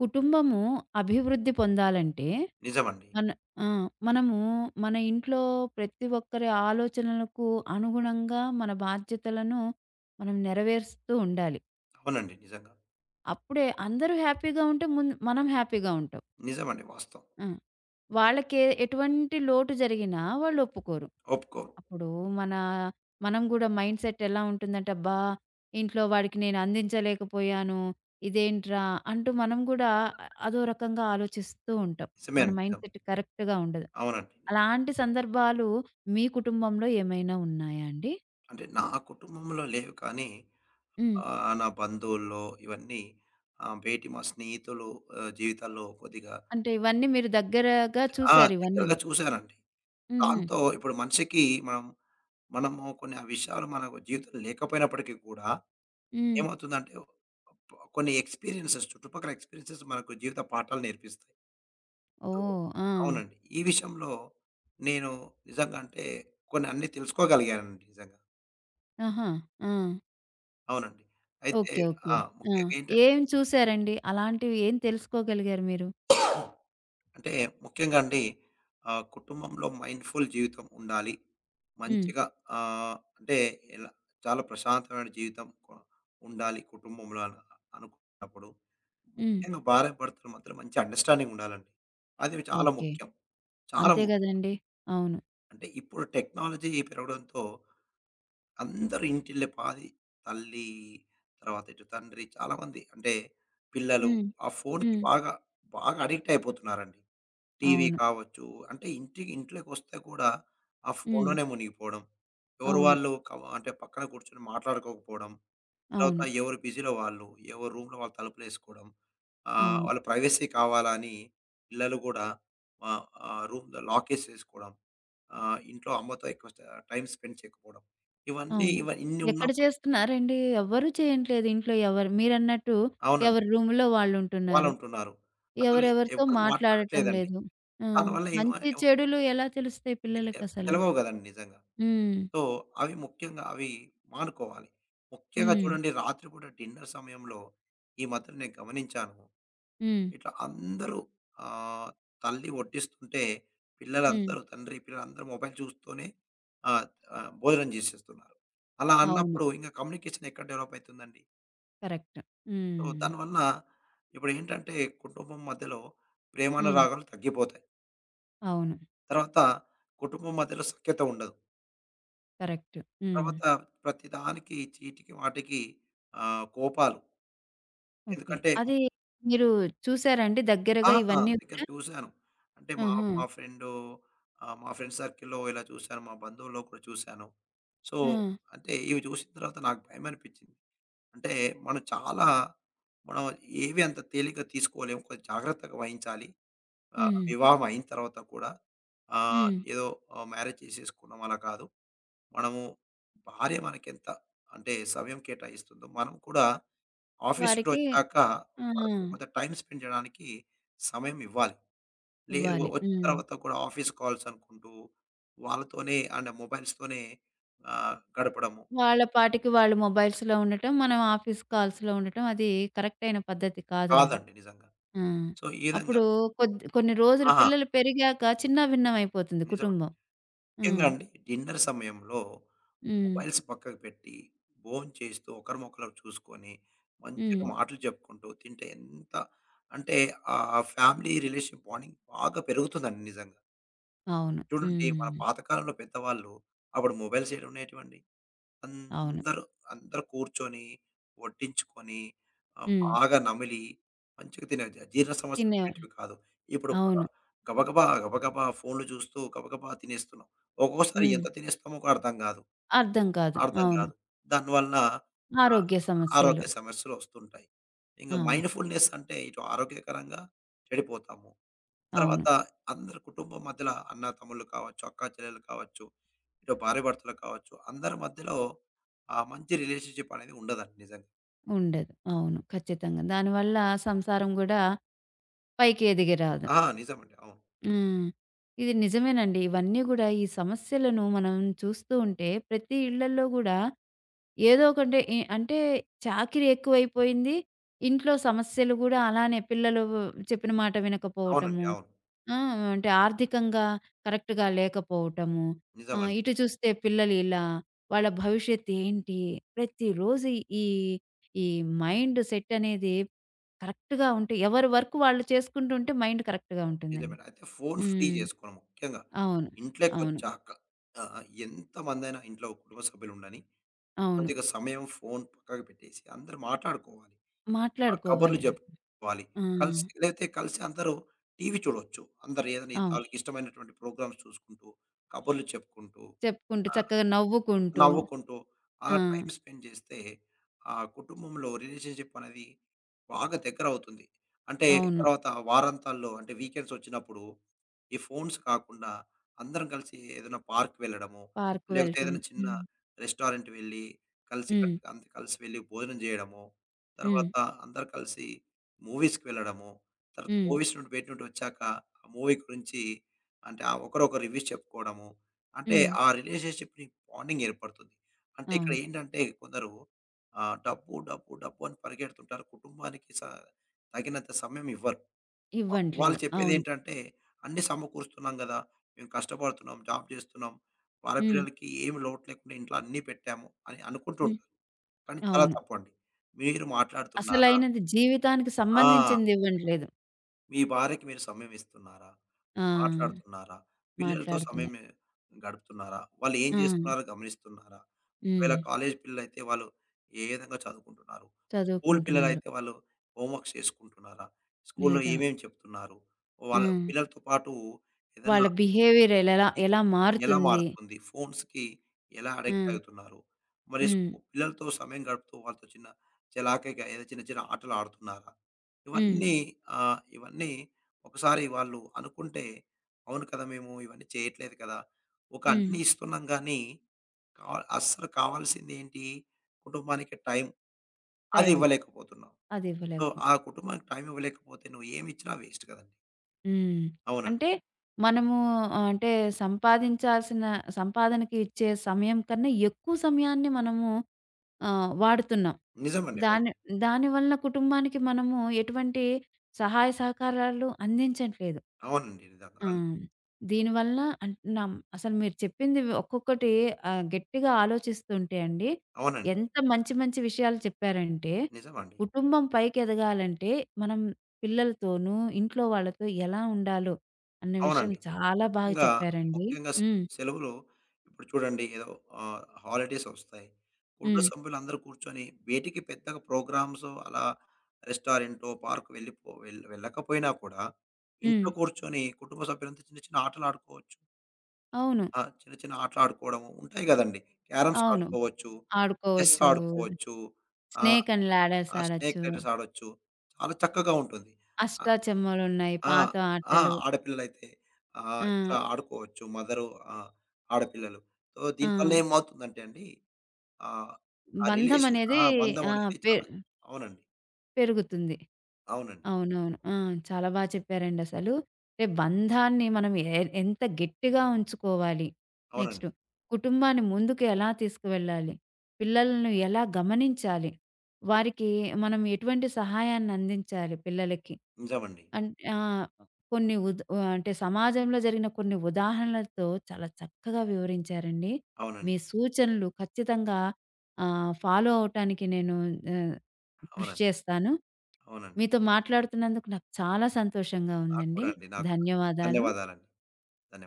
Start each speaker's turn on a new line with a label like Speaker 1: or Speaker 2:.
Speaker 1: కుటుంబము అభివృద్ధి పొందాలంటే
Speaker 2: నిజమండి.
Speaker 1: మన ఆ! మనము మన ఇంట్లో ప్రతి ఒక్కరి ఆలోచనలకు అనుగుణంగా మన బాధ్యతలను మనం నెరవేరుస్తూ ఉండాలి.
Speaker 2: అవునండి. నిజంగా.
Speaker 1: అప్పుడే అందరూ హ్యాపీగా ఉంటే ముందు మనం హ్యాపీగా ఉంటాం.
Speaker 2: నిజమండి. వాస్తవం.
Speaker 1: ఆ! వాళ్ళకి ఎటువంటి లోటు జరిగినా వాళ్ళు ఒప్పుకోరు.
Speaker 2: ఒప్పుకోను.
Speaker 1: అప్పుడు మన మనం గూడా మైండ్ సెట్ ఎలా ఉంటుందంటే, అబ్బా! ఇంట్లో వాడికి నేను అందించలేకపోయాను. ఇదేంట్రా? అంటూ మనం గూడా అదో రకంగా ఆలోచిస్తూ ఉంటాం.
Speaker 2: నిజమే
Speaker 1: మన
Speaker 2: అండి.
Speaker 1: మైండ్
Speaker 2: నిజం.
Speaker 1: సెట్ కరెక్ట్‌గా ఉండదు.
Speaker 2: అవునండి.
Speaker 1: అలాంటి సందర్భాలు మీ కుటుంబంలో ఏమైనా ఉన్నాయా అండి?
Speaker 2: అంటే నా కుటుంబంలో లేవు కానీ
Speaker 1: హ్మ్.
Speaker 2: నా బంధువుల్లో ఇవన్నీ బయటి మా స్నేహితులు జీవితాల్లో కొద్దిగా
Speaker 1: అంటే ఇవన్నీ మీరు దగ్గరగా
Speaker 2: ఆ!
Speaker 1: చూసారు ఇవన్నీ
Speaker 2: దగ్గరగా
Speaker 1: గూడా.
Speaker 2: చూసానండి.
Speaker 1: హుహు.
Speaker 2: దాంతో ఇప్పుడు మనిషికి మనం మనము కొన్ని ఆ విషయాలు మన జీవితంలో లేకపోయినప్పటికీ కూడా
Speaker 1: హ్మ్.
Speaker 2: ఏమవుతుందంటే, కొన్ని ఎక్స్‌పీరియన్సెస్ చుట్టుపక్కల ఎక్స్‌పీరియన్సెస్ మనకు జీవిత పాఠాలు నేర్పిస్తాయి.
Speaker 1: ఓహ్! ఆ!
Speaker 2: అవునండి. ఈ విషయంలో నేను నిజంగా అంటే కొన్ని అన్నీ తెలుసుకోగలిగానండి నిజంగా.
Speaker 1: ఆహా! ఆ!
Speaker 2: అవునండి. అయితే
Speaker 1: ఓకే. ఓకే.
Speaker 2: ఆ!
Speaker 1: ఆ!
Speaker 2: ముఖ్యంగా ఏంటంటే
Speaker 1: ఏం చూసారండి? అలాంటివి ఏం తెలుసుకోగలిగారు మీరు?
Speaker 2: అంటే ముఖ్యంగా అండి కుటుంబంలో మైండ్‌ఫుల్ జీవితం ఉండాలి.
Speaker 1: హ్మ్.
Speaker 2: మంచిగా అంటే ఎలా చాలా ప్రశాంతమైన జీవితం ఉండాలి కుటుంబంలో అనుకున్నప్పుడు.
Speaker 1: హ్మ్.
Speaker 2: ముఖ్యంగా భార్య భర్తలు మాత్రం మంచి అండర్‌స్టాండింగ్ ఉండాలండి. అది చాలా
Speaker 1: ఓకే.
Speaker 2: ముఖ్యం. చాలా
Speaker 1: అంతే
Speaker 2: ముఖ్యం.
Speaker 1: గదండీ! అవును.
Speaker 2: అంటే ఇప్పుడు టెక్నాలజీ పెరగడంతో అందరూ ఇంటిల్లపాది తల్లి, తర్వాత ఇటు తండ్రి చాలామంది అంటే పిల్లలు
Speaker 1: హ్మ్.
Speaker 2: ఆ ఫోన్‌కి
Speaker 1: హ్మ్.
Speaker 2: బాగా అడిక్ట్ అయిపోతున్నారండి. టీవీ
Speaker 1: అవును.
Speaker 2: కావచ్చు, అంటే ఇంట్లోకొస్తే కూడా ఆ
Speaker 1: హ్మ్.
Speaker 2: ఫోన్‌లోనే మునిగిపోవడం. ఎవరు
Speaker 1: అవును.
Speaker 2: వాళ్ళు అంటే పక్కన కూర్చొని మాట్లాడుకోకపోవడం. తర్వాత
Speaker 1: అవును.
Speaker 2: ఎవరు బిజీలో వాళ్ళు, ఎవరు రూమ్‌లో వాళ్ళు తలుపులేసుకోవడం.
Speaker 1: అవును.
Speaker 2: వాళ్ళ ప్రైవసీ కావాలని పిల్లలు కూడా ఆహ్, రూమ్ లాకేసేసుకోవడం. ఇంట్లో అమ్మతో ఎక్కువ టైమ్ స్పెండ్ చేయకపోవడం. ఇవన్నీ
Speaker 1: అవును.
Speaker 2: ఇన్ని
Speaker 1: ఎక్కడ
Speaker 2: ఉన్నప్పుడు
Speaker 1: చేస్తున్నారండి? ఎవ్వరు చేయట్లేదు ఇంట్లో ఎవరు. మీరన్నట్టు
Speaker 2: అవునండి.
Speaker 1: ఎవరి రూమ్‌లో వాళ్ళుంటున్నారు.
Speaker 2: వాళ్ళుంటున్నారు. అసలు
Speaker 1: ఎవరెవరితో
Speaker 2: ఎవరు
Speaker 1: మాట్లాడటం
Speaker 2: మాట్లాడట్లేదండి.
Speaker 1: లేదు. ఆ!
Speaker 2: దానివల్ల ఏమ
Speaker 1: మంచి
Speaker 2: ఏమ
Speaker 1: చెడులు ఎలా తెలుస్తాయి
Speaker 2: ఎ ఎ
Speaker 1: పిల్లలకసలు?
Speaker 2: తెలవవు గదండీ నిజంగా.
Speaker 1: హ్మ్.
Speaker 2: సో, అవి ముఖ్యంగా అవి మానుకోవాలి. ముఖ్యంగా
Speaker 1: హ్మ్.
Speaker 2: చూడండి రాత్రిపూట డిన్నర్ సమయంలో ఈ మధ్యన నేను గమనించాను.
Speaker 1: హ్మ్.
Speaker 2: ఇట్లా అందరూ ఆహ్, తల్లి వడ్డిస్తుంటే
Speaker 1: హ్మ్.
Speaker 2: పిల్లలందరూ తండ్రి, పిల్లలందరూ మొబైల్ చూస్తూనే ఆహ్, భోజనం జేసేస్తున్నారు. అలా
Speaker 1: అవును.
Speaker 2: అన్నప్పుడు ఇంక కమ్యూనికేషన్ ఎక్కడ డెవలప్ అయితుందండి?
Speaker 1: కరెక్ట్.
Speaker 2: సో,
Speaker 1: హ్మ్.
Speaker 2: దానివల్ల ఇప్పుడేంటంటే కుటుంబం మధ్యలో
Speaker 1: హ్మ్.
Speaker 2: ప్రేమానురాగాలు తగ్గిపోతాయి.
Speaker 1: అవును.
Speaker 2: తర్వాత కుటుంబం మధ్యలో సఖ్యత ఉండదు.
Speaker 1: కరెక్ట్. హ్మ్.
Speaker 2: తర్వాత ప్రతిదానికి చీటికి మాటికి కోపాలు.
Speaker 1: ఓకే.
Speaker 2: ఎందుకంటే
Speaker 1: అది మీరు చూసారండి
Speaker 2: ఆ!
Speaker 1: దగ్గరగా
Speaker 2: ఆ,
Speaker 1: ఇవన్నీ
Speaker 2: దగ్గర
Speaker 1: గూడా?
Speaker 2: చూశాను. అంటే మా
Speaker 1: ఆహా!
Speaker 2: మా ఫ్రెండు మా ఫ్రెండ్ సర్కిల్‌లో ఇలా చూశాను. మా బంధువుల్లో కూడా చూశాను. సో,
Speaker 1: ఆ!
Speaker 2: అంటే ఇవి చూసిన తర్వాత నాకు భయమనిపించింది. అంటే మనం చాలా మనం ఏవి అంత తేలిగ్గా తీసుకోలేము. కొంచెం జాగ్రత్తగా వహించాలి. ఆ!
Speaker 1: హ్మ్.
Speaker 2: వివాహం అయిన తర్వాత కూడా
Speaker 1: హ్మ్.
Speaker 2: ఏదో మ్యారేజ్ చేసేసుకున్నాం అలా కాదు. మనము భార్య మనకెంత అంటే సమయం కేటాయిస్తుందో, మనం కూడా ఆఫీస్ నుండి
Speaker 1: వారికి
Speaker 2: వచ్చాక
Speaker 1: ఆ!
Speaker 2: వాళ్ళతో కొంత టైమ్ స్పెండ్ చేయడానికి సమయం ఇవ్వాలి. లేదు
Speaker 1: ఇవ్వాలి.
Speaker 2: వచ్చిన
Speaker 1: హ్మ్.
Speaker 2: తర్వాత కూడా ఆఫీస్ కాల్స్ అనుకుంటూ, వాళ్ళతోనే అండ్ మొబైల్స్‌తోనే గడపడము
Speaker 1: వాళ్ళ పాటికి వాళ్ళు మొబైల్స్‌లో ఉండటం, మనం ఆఫీస్ కాల్స్‌లో ఉండటం అది కరెక్ట్ అయిన పద్ధతి కాదు గదా!
Speaker 2: కాదండి నిజంగా.
Speaker 1: ఆ!
Speaker 2: సో, ఈ విధంగా
Speaker 1: అప్పుడు కొద్ది కొన్ని రోజులు
Speaker 2: ఆ!
Speaker 1: పిల్లలు పెరిగాక చిన్నా భిన్నమైపోతుంది
Speaker 2: నిజం.
Speaker 1: కుటుంబం.
Speaker 2: ముఖ్యంగా
Speaker 1: హ్మ్.
Speaker 2: అండి డిన్నర్ సమయంలో
Speaker 1: హ్మ్.
Speaker 2: మొబైల్స్ పక్కకు పెట్టి, భోంచేస్తూ ఒకరినొకరు చూసుకొని, మంచిగా
Speaker 1: హ్మ్.
Speaker 2: మాటలు చెప్పుకుంటూ తింటే ఎంత అంటే ఆ ఫ్యామిలీ రిలేషన్ బాండింగ్ బాగా పెరుగుతుందండి నిజంగా.
Speaker 1: అవును.
Speaker 2: చూడండి మన
Speaker 1: హ్మ్.
Speaker 2: పాతకాలంలో పెద్దవాళ్ళు అప్పుడు మొబైల్స్ ఏడున్నాయేటివండి?
Speaker 1: అవును.
Speaker 2: అందరూ, అందరూ కూర్చొని, వడ్డించుకొని,
Speaker 1: హ్మ్.
Speaker 2: బాగా నమిలి మంచిగా తినేది. జీర్ణ సమస్యలు
Speaker 1: తినేవారు.
Speaker 2: ఉండేటివి కాదు. ఇప్పుడు
Speaker 1: అవును.
Speaker 2: ఆహ్, గబగబా, గబగబా ఫోన్‌లు చూస్తూ గబగబా తినేస్తున్నాం. ఒక్కొక్కసారి
Speaker 1: హ్మ్.
Speaker 2: ఎంత తినేస్తామో కూడా అర్థం కాదు.
Speaker 1: అర్థం కాదు.
Speaker 2: అర్థం
Speaker 1: అవును.
Speaker 2: కాదు. దానివలన ఆహ్,
Speaker 1: ఆరోగ్య సమస్యలు.
Speaker 2: ఆరోగ్య సమస్యలు వస్తుంటాయి. ఇంక
Speaker 1: అవును.
Speaker 2: మైండ్‌ఫుల్‌నెస్ అంటే ఇటు ఆరోగ్యకరంగా చెడిపోతాము.
Speaker 1: అవును.
Speaker 2: తర్వాత అందరు కుటుంబం మధ్యల అన్న, తమ్ముళ్ళు కావచ్చు, అక్కా చెల్లెలు కావచ్చు ఇటు భార్యాభర్తలకు కావచ్చు, అందరి మధ్యలో ఆ మంచి రిలేషన్‌షిప్ అనేది ఉండదండి నిజంగా.
Speaker 1: ఉండదు. అవును. ఖచ్చితంగా. దానివల్ల సంసారం గూడా పైకి ఎదిగి రాదు.
Speaker 2: ఆ! నిజమండి. అవును.
Speaker 1: హ్మ్. ఇది నిజమేనండి. ఇవన్నీ గూడా ఈ సమస్యలను మనం చూస్తూ ఉంటే ప్రతి ఇళ్లల్లో గూడా ఏదో ఒకంటే ఇ అంటే చాకిరీ ఎక్కువైపోయింది. ఇంట్లో సమస్యలు గూడా అలానే పిల్లలు చెప్పిన మాట
Speaker 2: అవునండి.
Speaker 1: వినకపోవటము.
Speaker 2: అవును.
Speaker 1: ఆ! అంటే ఆర్థికంగా కరెక్ట్‌గా లేకపోవటము. ఆహ్,
Speaker 2: నిజమండి.
Speaker 1: ఇటు చూస్తే పిల్లలు ఇలా, వాళ్ళ భవిష్యత్తు ఏంటి? ప్రతిరోజు ఈ, ఈ మైండ్ సెట్ అనేది కరెక్ట్‌గా ఉంటే ఎవరి వర్క్ వాళ్ళు చేసుకుంటుంటే మైండ్ కరెక్ట్‌గా ఉంటుందండి.
Speaker 2: నిజమేనండి. అయితే ఫోను ఫ్రీ
Speaker 1: హ్మ్.
Speaker 2: చేసుకోవడం ముఖ్యంగా
Speaker 1: అవును. అవును.
Speaker 2: ఇంట్లోకొచ్చాక ఎంతమందైనా ఇంట్లో కుటుంబ సభ్యులుండని,
Speaker 1: అవును.
Speaker 2: కొద్దిగా సమయం ఫోను పక్కకు పెట్టేసి అందరూ మాట్లాడుకోవాలి. ఆ కబుర్లు
Speaker 1: మాట్లాడుకోవాలి.
Speaker 2: చెప్పుకోవాలి.
Speaker 1: ఆ!
Speaker 2: కలిసి లేతే కలిసి అందరూ టీవీ చూడొచ్చు. అందరూ ఏదైనా
Speaker 1: అవును.
Speaker 2: ఆళ్ళకి ఇష్టమైనటువంటి ప్రోగ్రామ్స్ చూసుకుంటూ, కబుర్లు చెప్పుకుంటూ
Speaker 1: చెప్పుకుంటూ
Speaker 2: ఆ!
Speaker 1: చక్కగా నవ్వుకుంటూ.
Speaker 2: నవ్వుకుంటూ
Speaker 1: ఆ!
Speaker 2: అలా టైం స్పెండ్ చేస్తే, ఆ కుటుంబంలో రిలేషన్‌షిప్ అనేది బాగా దగ్గరవుతుంది. అంటే
Speaker 1: అవును.
Speaker 2: తర్వాత వారాంతాల్లో అంటే వీకెండ్స్ వచ్చినప్పుడు ఈ ఫోన్స్ కాకుండా అందరం కలిసి ఏదైనా పార్క్ వెళ్ళడము,
Speaker 1: పార్క్
Speaker 2: లేకపోతే
Speaker 1: వెళ్ళటం.
Speaker 2: ఏదైనా చిన్న
Speaker 1: హ్మ్.
Speaker 2: రెస్టారెంట్ వెళ్ళి కలిసి
Speaker 1: హ్మ్.
Speaker 2: కట్టుగా అంత కలిసి వెళ్లి భోజనం చేయడము,
Speaker 1: హ్మ్.
Speaker 2: తర్వాత అందరూ కలిసి మూవీస్‌కి వెళ్ళడము, తర్వాత
Speaker 1: హ్మ్.
Speaker 2: మూవీస్ నుండి బయట నుండి వచ్చాక ఆ మూవీ గురించి అంటే ఆ ఒకరొకరు రివ్యూస్ చెప్పుకోవడము. అంటే
Speaker 1: హ్మ్.
Speaker 2: ఆ రిలేషన్‌షిప్‌ని బాండింగ్ ఏర్పడుతుంది. అంటే ఇక్కడ
Speaker 1: అవును.
Speaker 2: ఏంటంటే కొందరు డబ్బు, డబ్బు, డబ్బు అని పరిగెడుతుంటారు. కుటుంబానికి తగినంత సమయం ఇవ్వరు. వాళ్ళు
Speaker 1: ఇవ్వట్లేదు. అవును.
Speaker 2: చెప్పేదేంటంటే అన్నీ సమకూరుస్తున్నాం గదా! మేము కష్టపడుతున్నాం, జాబ్ చేస్తున్నాం, వాళ్ళ
Speaker 1: హ్మ్.
Speaker 2: పిల్లలకి ఏమి లోటు లేకుండా ఇంట్లో అన్నీ పెట్టాము అని అనుకుంటూ
Speaker 1: హ్మ్.
Speaker 2: ఉంటారు. కానీ చాలా
Speaker 1: అవును.
Speaker 2: తప్పండి. మీరు మాట్లాడుతున్నారా?
Speaker 1: అసలైనది జీవితానికి
Speaker 2: ఆ!
Speaker 1: సంబంధించింది ఇవ్వట్లేదు.
Speaker 2: మీ భార్యకి మీరు సమయం ఇస్తున్నారా?
Speaker 1: ఆ!
Speaker 2: మాట్లాడుతున్నారా? పిల్లలతో సమయం
Speaker 1: మాట్లాడుతున్నారు.
Speaker 2: గడుపుతున్నారా? వాళ్ళు ఏం
Speaker 1: ఆ!
Speaker 2: చేస్తున్నారో గమనిస్తున్నారా? ఒకవేళ
Speaker 1: హ్మ్.
Speaker 2: కాలేజ్ పిల్లలైతే వాళ్ళు ఏ విధంగా చదువుకుంటున్నారు? స్కూల్
Speaker 1: చదువుకుంటున్నారు.
Speaker 2: పిల్లలైతే వాళ్ళు హోమ్‌వర్క్స్ చేసుకుంటున్నారా? స్కూల్‌లో
Speaker 1: లేదా
Speaker 2: ఏమేమి చెప్తున్నారు?
Speaker 1: ఆ!
Speaker 2: వాళ్ళ పిల్లలతో పాటు
Speaker 1: వాళ్ళ
Speaker 2: ఏదన్నా
Speaker 1: బిహేవియర్ ఎలా
Speaker 2: ఎ
Speaker 1: ఎలా
Speaker 2: ఎలా
Speaker 1: మారుతుంది?
Speaker 2: మారుతుంది? ఫోన్స్‌కి ఎలా అడిక్ట్
Speaker 1: ఆ!
Speaker 2: అవుతున్నారు? మరి
Speaker 1: హ్మ్.
Speaker 2: పిల్లలతో సమయం గడుపుతూ వాళ్ళతో చిన్న చలాకీగా ఏదో చిన్న చిన్న ఆటలు ఆడుతున్నారా?
Speaker 1: హ్మ్.
Speaker 2: ఇవన్నీ ఇవన్నీ ఒకసారి వాళ్ళు అనుకుంటే, అవును కదా! మేము ఇవన్నీ చేయట్లేదు కదా!
Speaker 1: హ్మ్.
Speaker 2: అన్నీ ఇస్తున్నాం గానీ, అస్సలు కావాల్సిందేంటి? కుటుంబానికి టైం. అది
Speaker 1: టైం
Speaker 2: ఇవ్వలేకపోతున్నావు.
Speaker 1: అది
Speaker 2: సో,
Speaker 1: ఇవ్వలేము.
Speaker 2: ఆ కుటుంబానికి టైం ఇవ్వలేకపోతే నువ్వేమిచ్చినా వేస్ట్ కదండీ!
Speaker 1: హ్మ్.
Speaker 2: అవునండి.
Speaker 1: అంటే మనము అంటే సంపాదించాల్సిన సంపాదనకి ఇచ్చే సమయం కన్నా ఎక్కువ సమయాన్ని మనము ఆ! వాడుతున్నాం.
Speaker 2: నిజమండి. అవును.
Speaker 1: దాని దాని వలన కుటుంబానికి మనము ఎటువంటి సహాయ సహకారాలు అందించట్లేదు.
Speaker 2: అవునండి. నిజంగా.
Speaker 1: ఆ!
Speaker 2: అవును.
Speaker 1: దీనివల్ల అంటున్నాం. అసలు మీరు చెప్పింది ఒక్కొక్కటి ఆహ్, గట్టిగా ఆలోచిస్తుంటే అండి,
Speaker 2: అవునండి.
Speaker 1: ఎంత మంచి మంచి విషయాలు చెప్పారంటే,
Speaker 2: నిజమండి.
Speaker 1: కుటుంబం పైకెదగాలంటే మనం పిల్లలతోనూ, ఇంట్లో వాళ్ళతో ఎలా ఉండాలో అన్న విషయం
Speaker 2: అవునండి.
Speaker 1: చాలా బాగా
Speaker 2: ముఖ్యంగా,
Speaker 1: చెప్పారండి.
Speaker 2: ముఖ్యంగా
Speaker 1: హ్మ్.
Speaker 2: సెలవులో ఇప్పుడు చూడండి ఏదో హాలిడేస్ ఒస్తాయి. కుటుంబ
Speaker 1: హ్మ్.
Speaker 2: సభ్యులందరూ కూర్చొని వేటికి పెద్దగా ప్రోగ్రామ్స్ అలా రెస్టారెంటో, పార్క్ వెళ్ళిపో వెళ్ వెళ్ళకపోయినా కూడా
Speaker 1: హ్మ్.
Speaker 2: ఇంట్లో కూర్చొని కుటుంబ సభ్యులంతా చిన్న చిన్న ఆటలాడుకోవచ్చు.
Speaker 1: అవును.
Speaker 2: ఆ! చిన్న చిన్న ఆటలాడుకోవడము ఉంటాయి గదండీ. క్యారమ్స్
Speaker 1: అవును.
Speaker 2: ఆడుకోవచ్చు, చెస్
Speaker 1: ఆడుకోవచ్చు.
Speaker 2: ఆడుకోవచ్చు, ఆహ్,
Speaker 1: స్నేక్ అండ్ లాడర్స్
Speaker 2: ఆ స్నేక్
Speaker 1: ఆడొచ్చు.
Speaker 2: లైటర్స్ ఆడొచ్చు. చాలా చక్కగా ఉంటుంది. ఆ!
Speaker 1: అష్టాచెమ్మలున్నాయి.
Speaker 2: ఆ!
Speaker 1: పాత
Speaker 2: ఆ!
Speaker 1: ఆటలు.
Speaker 2: ఆడపిల్లలైతే
Speaker 1: ఆ!
Speaker 2: ఇట్లా ఆడుకోవచ్చు. మదరు ఆహ్, ఆడపిల్లలు. సో,
Speaker 1: ఆ!
Speaker 2: దీనివల్ల ఏమవుతుందంటే అండి ఆహ్, ఆ
Speaker 1: బంధం
Speaker 2: రిలేషన్ ఆ!
Speaker 1: అనేది
Speaker 2: బంధం
Speaker 1: ఆ!
Speaker 2: అనేది
Speaker 1: పె
Speaker 2: చాలా అవునండి.
Speaker 1: పెరుగుతుంది.
Speaker 2: అవునండి.
Speaker 1: అవునవును. ఆ! చాలా చెప్పారండసలు. అంటే బంధాన్ని మనం ఎంత గట్టిగా ఉంచుకోవాలి. నెక్స్ట్
Speaker 2: అవునండి.
Speaker 1: కుటుంబాన్ని ముందుకు ఎలా తీసుకువెళ్ళాలి? పిల్లలను ఎలా గమనించాలి? వారికి మనం ఎటువంటి సహాయాన్ని అందించాలి పిల్లలకి?
Speaker 2: నిజమండి.
Speaker 1: అన్ ఆహ్, కొన్ని అంటే సమాజంలో జరిగిన కొన్ని ఉదాహరణలతో చాలా చక్కగా వివరించారండి. మీ
Speaker 2: అవునండి.
Speaker 1: సూచనలు ఖచ్చితంగా ఆహ్, ఫాలో అవ్వటానికి నేను ఆహ్, కృషి
Speaker 2: అవునండి.
Speaker 1: చేస్తాను.
Speaker 2: అవునండి.
Speaker 1: మీతో మాట్లాడుతున్నందుకు నాకు చాలా సంతోషంగా
Speaker 2: నాకు కూడా
Speaker 1: ఉందండి.
Speaker 2: అండి. నాకు
Speaker 1: ధన్యవాదాలు.
Speaker 2: ధన్యవాదాలండి. ధన్యవాదాలు.